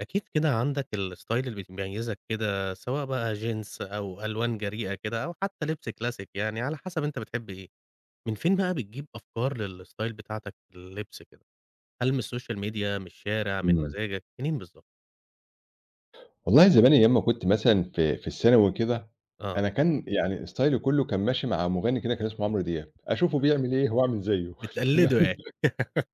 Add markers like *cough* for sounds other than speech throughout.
أكيد كده عندك الستايل اللي بيميزك كده، سواء بقى جينز أو ألوان جريئة كده، أو حتى لبس كلاسيك يعني، على حسب أنت بتحب إيه. من فين بقى بتجيب أفكار للستايل بتاعتك في اللبس كده؟ هل من السوشيال ميديا، من الشارع، من إمم. مزاجك، منين بالضبط؟ والله زمان أيام ما كنت مثلًا في الثانوي كده، آه. أنا كان يعني ستايلي كُلّه كان ماشي مع مغني كده كان اسمه عمرو دياب، أشوفه بيعمل إيه وأعمل زيه *laughs* بتقلده تمام، يعني.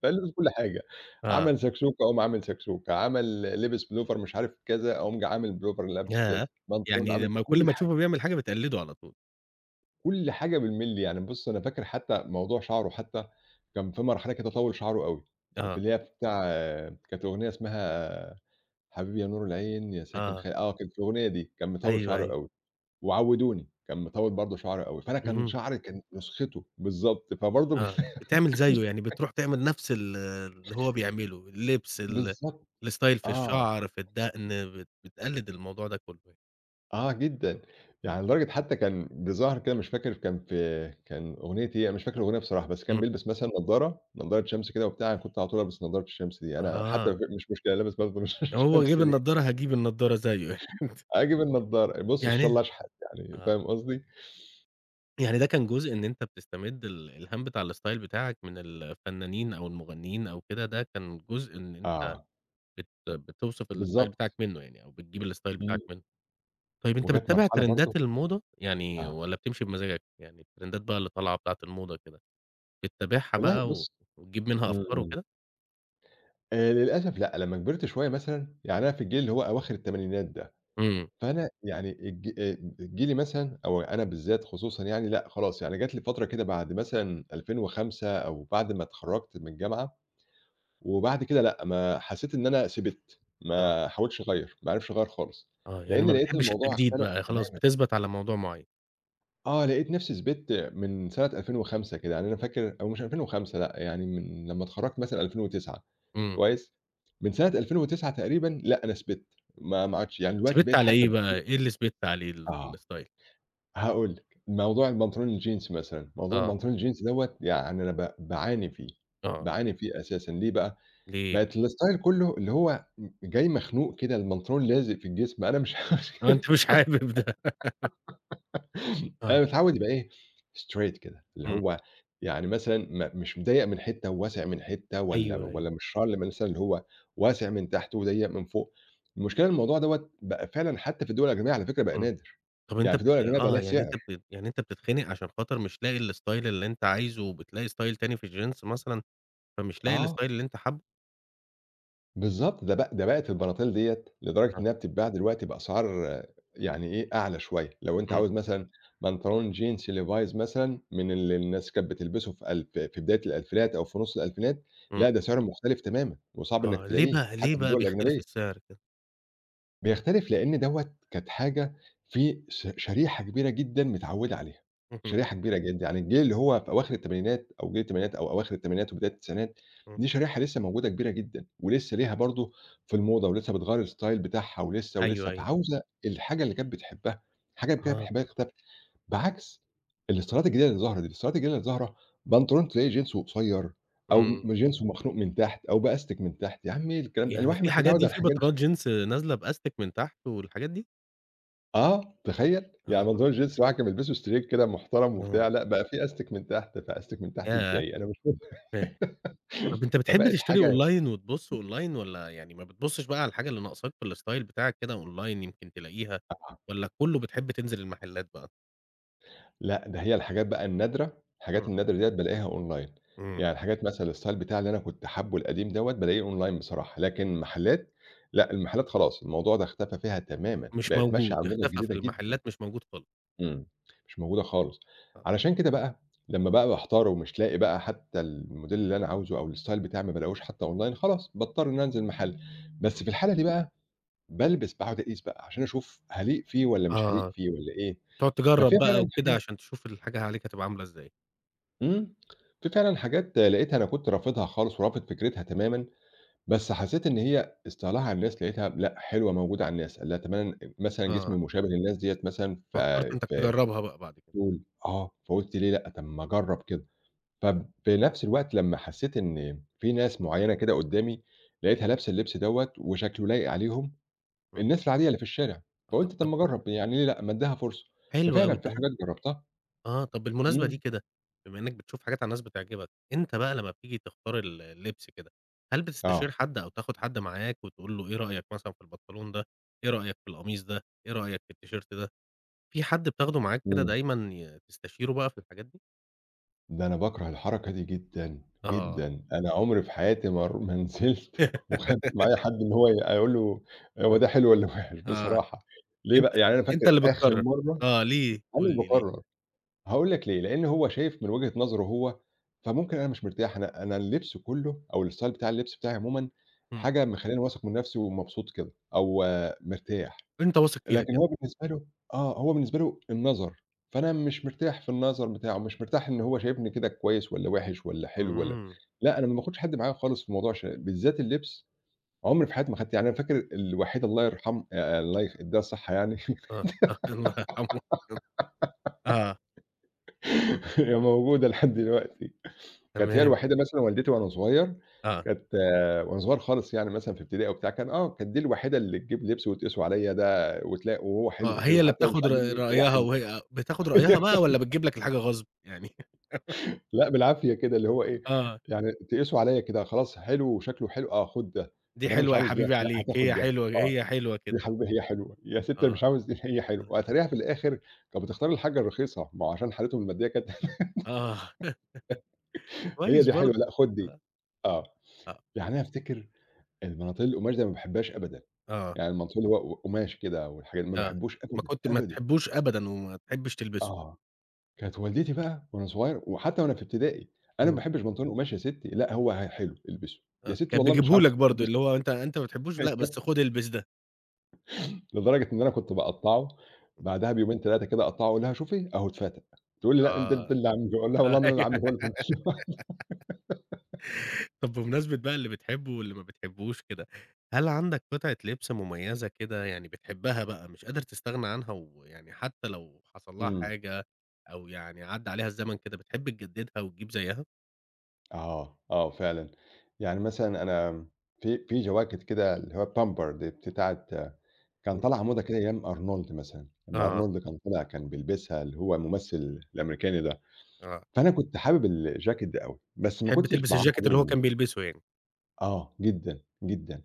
فالبس كل حاجة، آه، عمل سكسوكة أقوم عامل سكسوكة، عمل لبس بلوفر مش عارف كذا، أقوم جاي عامل بلوفر لابس كذا، ياه! بنطلون يعني عامل لمّا كل كل ما حاجة، تشوفه بيعمل حاجة بتقلده على طول. كل حاجة بالمللي، يعني بُص أنا فاكر حتى موضوع شعره حتى كان في مرحلة كده طوّل شعره أوي، في آه، اللي هي بتاع كانت أغنية اسمها حبيبي يا نور العين يا ساكن آه، آه كانت الأغنية دي، كان مطوّل أيوه، شعره أيوه. أوي. وعوّدوني، كان مطوّل برضه شعره أوي، فأنا كان اهم. شعري كانت نسخته بالضبط، فبرضه *laughs* كنت آه، بتعمل زيه، يعني بتروح تعمل نفس اللي هو بيعمله، اللبس، ال بالضبط الstyle في آه، الشعر، في الدقن، بتقلد الموضوع ده كله يعني. آه جدًا، إمم، يعني لدرجة حتى كان بظهر كده مش فاكر كان أغنية إيه، أنا مش فاكر الأغنية بصراحة، بس كان إمم، بيلبس مثلًا نضارة، نضارة شمس كده وبتاع، أنا كنت على طول ألبس نضارة الشمس دي، أنا حتى أها. مش مشكلة لابس برضه *laughs* نضارة هو الشمس جِاب دي، النضارة، هاجيب النضارة زيه يعني. أجيب النضارة بُص إن شاء الله يعني أشحت يعني، آه، فاهم قصدي؟ يعني ده كان جزء إن أنت بتستمد الإلهام بتاع الstyle بتاعك من الفنانين أو المغنيين أو كده، ده كان جزء إن أنت آه، بتوصف الstyle بتاعك بالضبط، منه يعني، أو بتجيب الstyle إمم، بتاعك منه. طيب أنت وجات بتتابع مرحلة برضه ترندات الموضة، يعني آه، والّا بتمشي بمزاجك؟ يعني الترندات بقى اللي طالعة بتاعة الموضة كده، بتتابعها والله بقى و بُص وتجيب منها إمم، أفكار إمم. وكده؟ للأسف لأ، لمّا كبرت شوية مثلًا، يعني أنا في الجيل اللي هو أواخر التمانينات ده، إمم، فأنا يعني الج جيلي مثلًا أو أنا بالذات خصوصًا يعني لأ خلاص، يعني جات لي فترة كده بعد مثلًا 2005 أو بعد ما اتخرّجت من الجامعة، وبعد كده لأ، ما حسيت إن أنا سِبِت، آه، ما حاولتش أغيّر، ما عرفتش أغيّر خالص، آه. يعني لإن ما لقيت بتحبش الموضوع التجديد اختلف بقى، خلاص تمامًا. بتثبت على موضوع معين. آه، لقيت نفسي ثبِت من سنة 2005 كده، يعني أنا فاكر أو مش 2005 لأ، يعني من لمّا اتخرّجت مثلًا 2009 إمم. كويس؟ من سنة 2009 تقريبًا لأ، أنا ثبِت ما عادش يعني دلوقتي ثبت بقيت على حتى *unintelligible* إيه بقى، البنطلون إيه اللي ثبت عليه ال آه، في الstyle؟ هاقول لك، موضوع البنطلون الجينز مثلًا، موضوع آه، البنطلون الجينز دوّة يعني أنا باعاني فيه، آه، باعاني فيه أساسًا ليه بقى؟ ليه؟ بقت الstyle كُلّه اللي هو جاي مخنوق كده، البنطلون لازق في الجسم، أنا مش *laughs* عارف آه، أنت مش حابب ده، أنا آه، متعوّد يبقى إيه، straight كده، اللي إمم، هو يعني مثلًا مش مضيّق من حتّة وواسع من حتّة والّا أيوه، أيوه، والّا مش شرْم مثلًا اللي هو واسع من تحت وضيّق من فوق، المشكلة الموضوع دوّة بقى فعلًا حتّى في الدول الأجنبية على فكرة بقى إمم. نادر، طب يعني أنت في الدول بتت الأجنبية بقى آه، ليها يعني أنت سِعر. بت يعني أنت بتتخنق عشان خاطر مش لاقي الstyle اللي أنت عايزه، وبتلاقي style تاني في الجينز مثلًا، فمش لاقي آه. الstyle اللي أنت حابه؟ بالضبط، ده بقت البناطيل ديّة لدرجة آه، إنها بتتباع دلوقتي بأسعار آه، يعني إيه، أعلى شوية، لو أنت إمم. عاوز مثلًا بنطلون جينز Levi's مثلًا من اللي الناس كانت بتلبسه في ألف في بداية الألفينات أو في نُص الألفينات، إمم. لأ ده سعره مختلف تمامًا وصعب إنّك آه، ليه تلاقيه، بقى حتى ليه في بقى الدول بيختلف الأجنبية. السعر كده؟ بيختلف لإن دوّة كانت حاجة في شريحة كبيرة جدًا متعوّدة عليها، *laughs* اهم، شريحة كبيرة جدًا، يعني الجيل اللي هو في أواخر التمانينات أو جيل التمانينات أو أواخر التمانينات وبداية التسعينات، إمم. دي شريحة لسه موجودة كبيرة جدًا، ولسه ليها برضه في الموضة ولسه بتغيّر الstyle بتاعها ولسه، أيوه، أيوه، فعاوزة الحاجة اللي كانت بتحبها، الحاجة اللي كانت آه. بتحبها تختفي، بعكس الإستايلات الجديدة اللي ظاهرة دي، الإستايلات الجديدة اللي ظاهرة بنطلون تلاقيه جينسه قصيّر أو إمم. جينسه مخنوق من تحت أو بأستك من تحت، يا عمي الكلام ده يعني الواحد في مش حاجات متعوّد دي، على في الحاجات بترات دي. جينز نازلة بأستك من تحت والحاجات دي؟ آه، تخيّل! يعني آه، بنطلون الجينز الواحد كان بيلبسه straight كده محترم وبتاع، آه. لأ بقى في أستِك من تحت، فأستِك من تحت ياه! إزاي؟ أنا مش فاهم. فاهم. طب *laughs* أنت بتحب فبقت تشتري حاجة أونلاين وتبُص أونلاين، والّا يعني ما بتبُصش بقى على الحاجة اللي ناقصاك في الستايل بتاعك كده أونلاين يمكن تلاقيها، والّا كلّه بتحب تنزل المحلات بقى؟ لأ، ده هي الحاجات بقى النادرة، الحاجات إمم، النادرة ديّة بالاقيها أونلاين، إمم. يعني الحاجات مثلًا الstyle بتاعي اللي أنا كنت حابه القديم دوّة بالاقيه أونلاين بصراحة، لكن محلات لأ، المحلات خلاص الموضوع ده اختفى فيها تمامًا، مش بقت ماشية على موجود، الموضة اختفى الجديدة في جدًا. المحلات، مش موجود خالص، إمم، مش موجودة خالص. آه. علشان كده بقى لمّا بقى باحتار ومش لاقي بقى حتى الموديل اللي أنا عاوزه أو الstyle بتاعي ما بالاقوش حتى online خلاص باضطر إن أنا أنزل محل، آه. بس في الحالة دي بقى بالبس باقعد أقيس بقى عشان أشوف هاليق فيه والّا مش هاليق آه، فيه والّا إيه، تقعد تجرّب ففي بقى فعلًا وكده حاجات عشان تشوف الحاجة عليك هتبقى عاملة إزاي. إمم، في فعلًا حاجات لقيتها أنا كنت رافضها خالص ورافض فكرتها تمامًا، بس حسيت إن هي استعلاها على الناس لقيتها لأ، حلوة موجودة على الناس، لا تمامًا مثلًا جسمي آه. مشابه للناس ديّة مثلًا ف فكّرت أنتَك ف تجرّبها بقى بعد كده، تقول آه، فقُلت ليه لأ، طَب ما أجرّب كده. ففي نفس الوقت لمّا حسّيت إن في ناس معيّنة كده قدّامي لقيتها لابسة اللبس دوّة وشكله لايق عليهم، إمم، الناس العادية اللي في الشارع، آه، فقُلت طَب طب ما أجرّب يعني ليه لأ، ما ادّيها فرصة. حلو ففعلًا أوي في ده، حاجات جرّبتها آه. طب بالمناسبة دي إمم، كده، بما إنّك بتشوف حاجات على الناس بتعجبك، أنت بقى لمّا بتيجي تختار اللبس كده، هل بتستشير آه، حد أو تاخد حد معاك وتقول له إيه رأيك مثلًا في البنطلون ده، إيه رأيك في القميص ده، إيه رأيك في التيشيرت ده، في حد بتاخده معاك كده إمم، دايمًا تستشيره بقى في الحاجات دي؟ ده أنا باكره الحركة دي جدًا، آه، جدًا، أنا عمري في حياتي ما *laughs* نزلت وخدت معايا *laughs* حد إن هو أقول له هو آه، ده حلو والّا وِحِش آه، بصراحة، ليه أنت بقى؟ يعني أنا أنت فاكر اللي آخر بتقرر. مرّة آه، ليه؟ أنا قُل اللي لي ليه؟ باقرّر. هاقول لك ليه، لإن هو شايف من وجهة نظره هو، فممكن أنا مش مرتاح، أنا اللبس كُلّه أو الstyle بتاع اللبس بتاعي عمومًا إمم، حاجة مخلّياني واثق من نفسي ومبسوط كده أو آه، مرتاح، أنت واثق فيها لكن كده، هو بالنسبة له النظر، فأنا مش مرتاح في النظر بتاعه، مش مرتاح إن هو شايفني كده كويس والّا وِحِش والّا حلو والّا إمم، لأ، أنا ما باخدش حد معايا خالص في موضوع بالذات اللبس، عمري في حياتي ما خدت يعني أنا فاكر الوحيدة الله يرحم الله يخ يدّيها الصحة يعني آه، *laughs* آه، الله يرحمه. آه، *laughs* هي موجودة لحد دلوقتي، كانت هي تمام، الوحيدة مثلًا والدتي وأنا صغير، آه، كانت وأنا صغير خالص يعني مثلًا في ابتدائي وبتاع، كانت دي الوحيدة اللي تجيب لبس وتقيسه عليَّ ده وتلاقي وهو آه، حلو، حلو، هي اللي حتى لو مش بتاخد ر عاجبني هو رأيها حلو. وهي بتاخد رأيها بقى والّا *laughs* بتجيب لك الحاجة غصب يعني؟ لأ بالعافية كده، اللي هو إيه، آه، يعني تقيسه عليَّ كده خلاص حلو وشكله حلو، آه خُد ده، *laughs* دي طب أنا مش حلوة يا عاوز ده، حبيبي لأ هات عليك، آخُد هي ده، حلوة آه، هي حلوة يا كده، حبيبي هي حلوة، يا ستي أنا آه، مش عاوز دي هي حلوة، وأتاريها في الآخر كانت بتختار الحاجة الرخيصة، ما هو عشان حالتهم المادية كانت *laughs* آه، *laughs* هي كويس دي حلوة، برضه، لأ خُد دي. آه، آه، آه، يعني أنا أفتكر البناطيل القماش دي أنا ما باحبهاش أبدًا. آه، يعني المنصول اللي هو قماش كده والحاجات دي، ما آه، باحبوش ما أبدًا، كنت ما أبدًا. تحبوش أبدًا وما تحبش تلبسه، آه. كانت والدتي بقى وأنا صغير وحتى وأنا في ابتدائي، أنا ما إمم، باحبش بنطلون قماش يا ستّي، لأ هو حلو البسه، يا آه، ستّي كان والله مش بيجيبه عاوز لك *laughs* برضه البسه اللي هو أنت ما بتحبوش، لأ، أيوه. بس خُد البس ده، لدرجة إن أنا كنت باقطّعه بعدها بيومين 3 كده أقطّعه، أقول لها: "شوفي أهو اتفتق." تقول لي: "لأ أنت آه، اللي عامله." أقول لها: "والله *laughs* ما أنا اللي أيوه. عامله هو اللي" *unintelligible* طب بمناسبة بقى اللي بتحبه واللي ما بتحبوش كده، هل عندك قطعة لبس مميزة كده يعني بتحبها بقى، مش قادر تستغنى عنها، ويعني حتى لو حصل لها إمم. حاجة أو يعني عدّى عليها الزمن كده بتحب تجددها وتجيب زيها؟ آه، آه فعلًا. يعني مثلًا أنا في جواكت كده اللي هو الpamper دي بتاعة كان إمم، طالعة موضة كده أيام أرنولد مثلًا، لمّا آه، أرنولد كان طلع كان بيلبسها اللي هو الممثل الأمريكاني ده، آه، فأنا كنت حابب الجاكيت ده أوي، بس ما تحب كنتش تلبس باعرف الجاكيت أجيبه اللي هو منين. كان بيلبسه يعني، آه، جدًا، جدًا.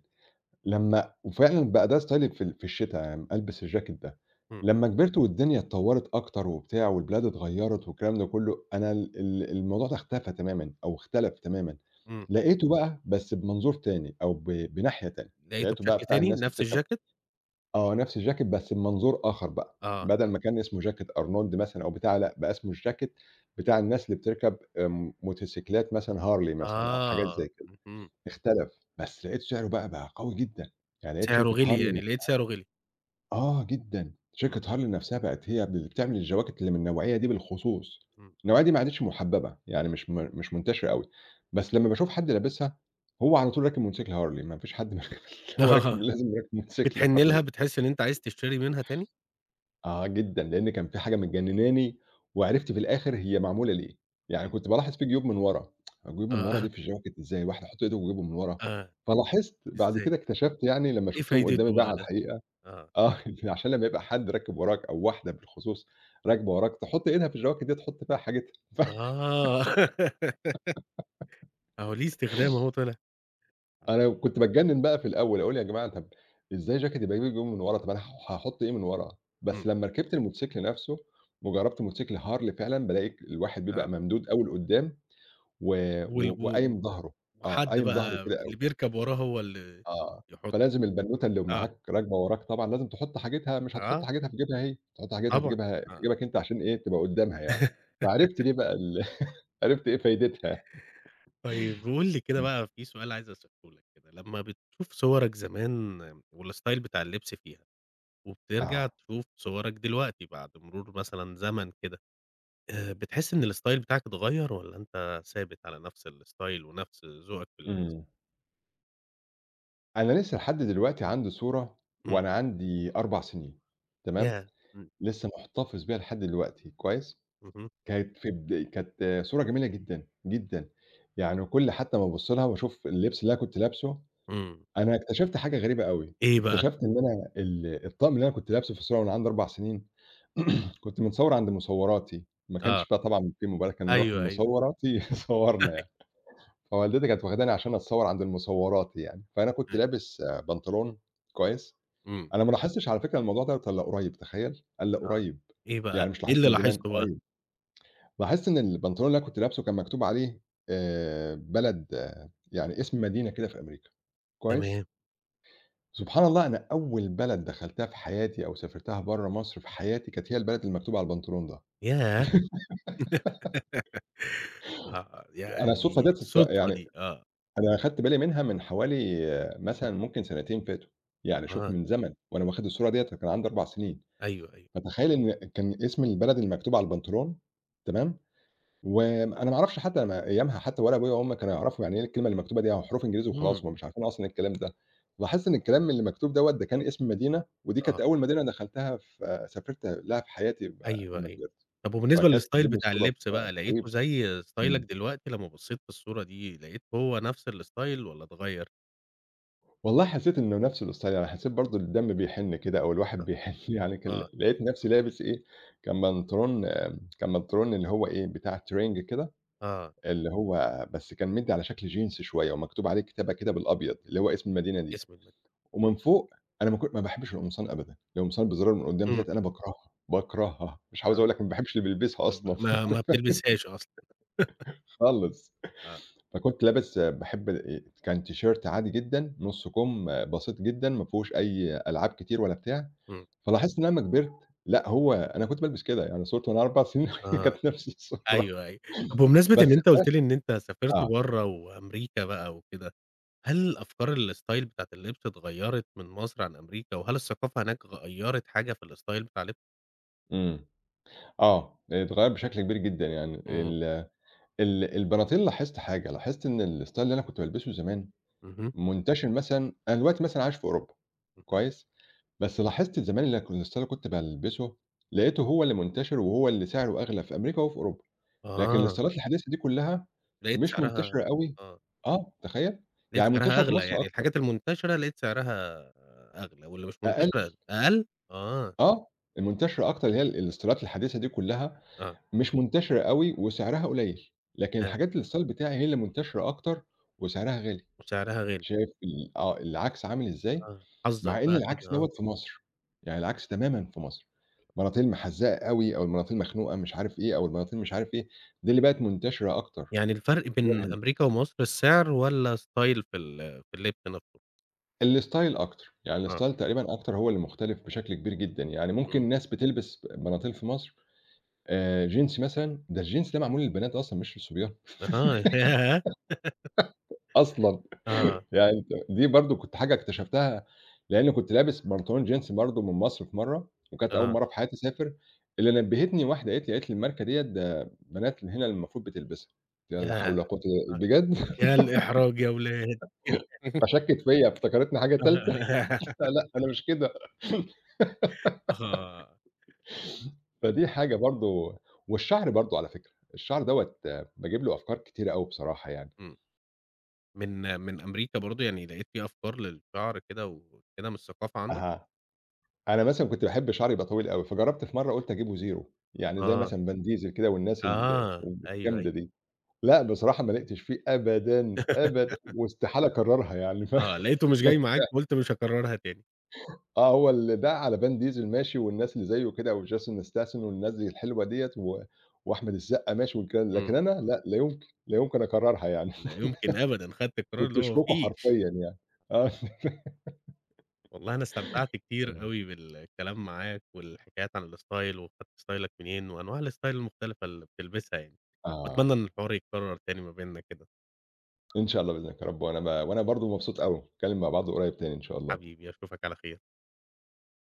لمّا وفعلًا بقى ده ستايلي في الشتا، يعني ألبس الجاكيت ده. إمم، لمّا كبرت والدنيا اتطوّرت أكتر وبتاع والبلاد اتغيّرت والكلام ده كُلّه، أنا ال ال الموضوع ده اختفى تمامًا أو اختلف تمامًا. إمم، لقيته بقى بس بمنظور تاني أو بناحية تانية. لقيته لقيته بقى بشكل بتاع تاني الناس اللي نفس بتركب الجاكيت؟ نفس الجاكيت بس بمنظور آخر بقى. آه، بدل ما كان اسمه جاكيت أرنولد مثلًا أو بتاع، لأ، بقى اسمه الجاكيت بتاع الناس اللي بتركب موتوسيكلات مثلًا هارلي مثلًا أو حاجات زي آه، كده. اهم، اختلف، بس لقيت سعره بقى قوي جدًا، يعني لقيت سعره شركة غِلي هارلي يعني، لقيت نفسها سعره غِلي، آه جدًا، إمم، شركة هارلي نفسها بقت هي اللي بتعمل الجواكت اللي من النوعية دي بالخصوص، إمم، النوعية دي ما عادتش محببة، يعني مش منتشرة أوي، بس لمّا باشوف حد لابسها هو على طول راكب موتوسيكل هارلي، ما فيش حد مركب *laughs* هو *laughs* راكب آه، لازم راكب موتوسيكل بتحن لها، هارلي. بتحس إن أنت عايز تشتري منها تاني؟ آه جدًا، لإن كان في حاجة مجنناني وعرفت في الآخر هي معمولة ليه، يعني إمم، كنت بالاحظ في جيوب من ورا، الجيوب من ورا آه، دي في الجاكيت إزاي الواحد يحط إيده وجيبه من ورا، آه، فلاحظت بعد إزاي؟ كده اكتشفت يعني لمّا إيه شُفتهم قدّامي فايدته بقى بقى على ده؟ الحقيقة آه، آه *laughs* عشان لمّا يبقى حد راكب وراك أو واحدة بالخصوص إمم. راكبة وراك تحط إيدها في الجواكت دي تحط فيها حاجتها *laughs* ف آه، *laughs* أهو ليه استخدام أهو طلع. آه، أنا كنت باتجنن بقى في الأول، أقول يا جماعة طب إزاي جاكيت يبقى ليه جيوب من ورا، طب أنا هاحط إيه من ورا؟ بس إمم، لمّا ركبت الموتوسيكل نفسه وجربت موتوسيكل هارلي فعلًا، بالاقي الواحد بيبقى آه. ممدود أوي لقدّام و وال و و و وقايم ضهره، آه، وحد قايم بقى ضهره كده اللي أوي، بيركب وراه هو اللي آه، يحط فلازم *unintelligible* البنوتة اللي آه. معاك راكبة وراك طبعًا لازم تحط حاجتها مش هتحط آه، حاجتها في جيبها هي، تحط حاجتها طبعًا. في آه. جيبك أنت عشان إيه، تبقى قدّامها يعني، *laughs* فعرفت ليه بقى *laughs* عرفت إيه فايدتها، طيب قُل لي كده إمم، بقى، في سؤال عايز أسأله لك كده، لمّا بتشوف صورك زمان والstyle بتاع اللبس فيها، وبترجع آه، تشوف صورك دلوقتي بعد مرور مثلًا زمن كده، بتحس إن الstyle بتاعك اتغيّر والّا أنت ثابت على نفس الstyle ونفس ذوقك في اللبس؟ إمم. أنا لسه لحد دلوقتي عندي صورة إمم. وأنا عندي 4 سنين، تمام، ياه! إمم. لسه محتفظ بيها لحد دلوقتي، كويس، اهم. كانت في بد كانت صورة جميلة جدًا، جدًا، يعني كل حتى ما أبُص لها وأشوف اللبس اللي أنا كنت لابسه، إمم. أنا اكتشفت حاجة غريبة أوي، إيه بقى؟ اكتشفت إن أنا الطقم اللي أنا كنت لابسه في الصورة وأنا عندي 4 سنين *clears throat* كنت متصور عند مصوراتي، ما آه. كانش بقى طبعًا في موبايلات، كنا نروح أيوه، أيوه. لمصوراتي *laughs* يصورنا يعني، *laughs* فوالدتي كانت واخداني عشان أتصور عند المصوراتي يعني، فأنا كنت أيوه. أيوه. لابس بنطلون، كويس؟ إمم. أنا ما لاحظتش على فكرة الموضوع دوّة إلّا قريب، تخيّل! إلّا آه. قريب، إيه بقى؟ يعني مش إيه اللي لاحظته من زمان، لاحظته بقى؟ قريب. لاحظت إن البنطلون اللي أنا كنت لابسه كان مكتوب عليه بلد، يعني اسم مدينة كده في أمريكا، كويس؟ تمام. سبحان الله، أنا أول بلد دخلتها في حياتي أو سافرتها برّه مصر في حياتي، كانت هي البلد اللي مكتوب على البنطلون ده. ياه! *laughs* آه. أنا الصدفة يعني ديّة الصدفة يعني دي. آه. أنا أخدت بالي منها من حوالي مثلًا ممكن سنتين فاتوا، يعني شوف آه. من زمن وأنا واخد الصورة ديّة كان عندي 4 سنين، أيوه، أيوه. فتخيّل إن كان اسم البلد اللي مكتوب على البنطلون، تمام؟ وأنا ما أعرفش، حتى أنا أيامها، حتى ولا أبويا وأمي كانوا يعرفوا يعني إيه الكلمة اللي مكتوبة دي، هو حروف إنجليزي إمم. وخلاص، هم مش عارفين أصلًا إيه الكلام ده. باحس إن الكلام اللي مكتوب دوّة ده كان اسم مدينة، ودي كانت آه. أول مدينة دخلتها في سافرت لها في حياتي أيوه، لمّا أيوه. كبرت، طب وبالنسبة فكانت للstyle دي بتاع مصادف اللبس بقى، غريبة. لقيته زي ستايلك إمم. دلوقتي لمّا بصّيت في الصورة دي، لقيت هو نفس الstyle والّا اتغيّر؟ والله حسيت إنه نفس الستايل، أنا حسيت برضه الدم بيحن كده أو الواحد بيحن، *laughs* يعني كان آه، لقيت نفسي لابس إيه، كان بنطلون اللي هو إيه، بتاع ترنج كده، آه، اللي هو بس كان مدّي على شكل جينز شوية ومكتوب عليه كتابة كده بالأبيض، اللي هو اسم المدينة دي. اسم المد ومن فوق أنا ما باحبش القمصان أبدًا، القمصان بزرار من قدّام إمم، ديّة أنا باكرهها، باكرهها، مش عاوز آه، أقول لك ما باحبش اللي بيلبسها ما أصلًا، ما ما *laughs* ما بتلبسهاش أصلًا، خالص. آه، فكنت لابس باحب كان تيشيرت عادي جدًا، نُص كُم بسيط جدًا، ما فيهوش أي ألعاب كتير ولا بتاع. إمم، فلاحظت إن أنا لمّا كبرت، لأ، هو أنا كنت بالبس كده، يعني صورتي وأنا 4 سنين *laughs* آه، كانت نفس الصورة أيوه، أيوه. طب بمناسبة إن بس، أنت قُلت لي إن أنت سافرت آه، برّه وأمريكا بقى وكده، هل أفكار الstyle بتاعة اللبس اتغيّرت من مصر عن أمريكا، وهل الثقافة هناك غيّرت حاجة في الstyle بتاع اللبس؟ إمم، آه، اتغيّر بشكل كبير جدًا، يعني إمم، ال البناطيل، لاحظت حاجة، لاحظت إن الstyle اللي أنا كنت بالبسه زمان اهم، منتشر، مثلًا أنا دلوقتي مثلًا عايش في أوروبا، اهم، كويس. بس لاحظت زمان اللي الstyle اللي كنت بالبسه لقيته هو اللي منتشر وهو اللي سعره أغلى في أمريكا وفي أوروبا، لكن آه، الستايلات الحديثة دي كلها لقيت مش سعرها منتشرة أوي، آه، آه، تخيل! لقيت يعني سعرها منتشرة في أغلى، مصر يعني أكتر، الحاجات المنتشرة لقيت سعرها أغلى، واللي مش أقل، منتشرة أقل؟ آه، آه، المنتشرة أكتر اللي هي الستايلات الحديثة دي كلها آه، مش منتشرة أوي وسعرها قليل، لكن آه، الحاجات الstyle بتاعي هي اللي منتشرة أكتر وسعرها غالي. وسعرها غالي. شايف ال آه، العكس عامل إزاي، آه، حظك مع إن بقى كده العكس آه، دوّة في مصر، يعني العكس تمامًا في مصر، مناطيل محزّقة أوي أو المناطيل مخنوقة مش عارف إيه، أو المناطيل مش عارف إيه، دي اللي بقت منتشرة أكتر يعني الفرق غير بين هنا، أمريكا ومصر السعر والّا style في اللبس نفسه؟ الstyle أكتر، يعني آه، الstyle تقريبًا أكتر هو اللي مختلف بشكل كبير جدًا، يعني إمم، ممكن ناس بتلبس مناطيل في مصر جينز مثلًا، ده الجينز ده معمول للبنات أصلًا مش للصبيان، أها، *laughs* ياه! أصلًا. آه، يعني أنت دي برضه كنت حاجة اكتشفتها، لإنّي كنت لابس بنطلون جينز برضه من مصر في مرّة، وكانت أول آه، مرّة في حياتي أسافر، اللي نبّهتني واحدة قالت لي: "الماركة ديّة ده بنات هنا المفروض بتلبسها." لا حول ياه! ولا قوة إلا آه، بجد! *laughs* يا الإحراج يا ولاد، فشكِّت فيّا، افتكرتني حاجة تالتة. *laughs* *laughs* لأ، أنا مش كده. *laughs* آه، فدي حاجة برضه. والشعر برضه على فكرة، الشعر دوّة باجيب له أفكار كتيرة أوي بصراحة يعني. إمم، من أمريكا برضه يعني لقيت في أفكار للشعر كده وكده من الثقافة عندك؟ أها، أنا مثلًا كنت باحب شعري يبقى طويل أوي، فجرّبت في مرّة قُلت أجيبه زيرو، يعني زي آه، مثلًا فان ديزل كده والناس آه، أيوه، الجامدة أيوه، دي. لأ، بصراحة ما لقيتش فيه أبدًا، *laughs* أبدًا، واستحالة أكررها يعني آه، *laughs* لقيته مش ب جاي معاك فقُلت مش هاكررها تاني. آه، هو اللي ده على فان ديزل ماشي والناس اللي زيه كده وجيسون ستاثام والناس دي الحلوة ديّة وأحمد السقا ماشي والكلام ده، إمم، لكن أنا لأ، لا يمكن، لا يمكن أكررها يعني. لا *laughs* يمكن أبدًا، خدت القرار اللي كنت هو شكوكو فيه. حرفيًا، يعني، آه. والله أنا استمتعت كتير *laughs* أوي بالكلام معاك، والحكايات عن الstyle، وخدت ستايلك منين، وأنواع الstyle المختلفة اللي بتلبسها يعني، وأتمنى آه، إن الحوار يتكرر تاني ما بيننا كده. إن شاء الله بإذنك يا رب، وأنا برضه مبسوط أوي، نتكلم مع بعض قريب تاني إن شاء الله. حبيبي أشوفك على خير.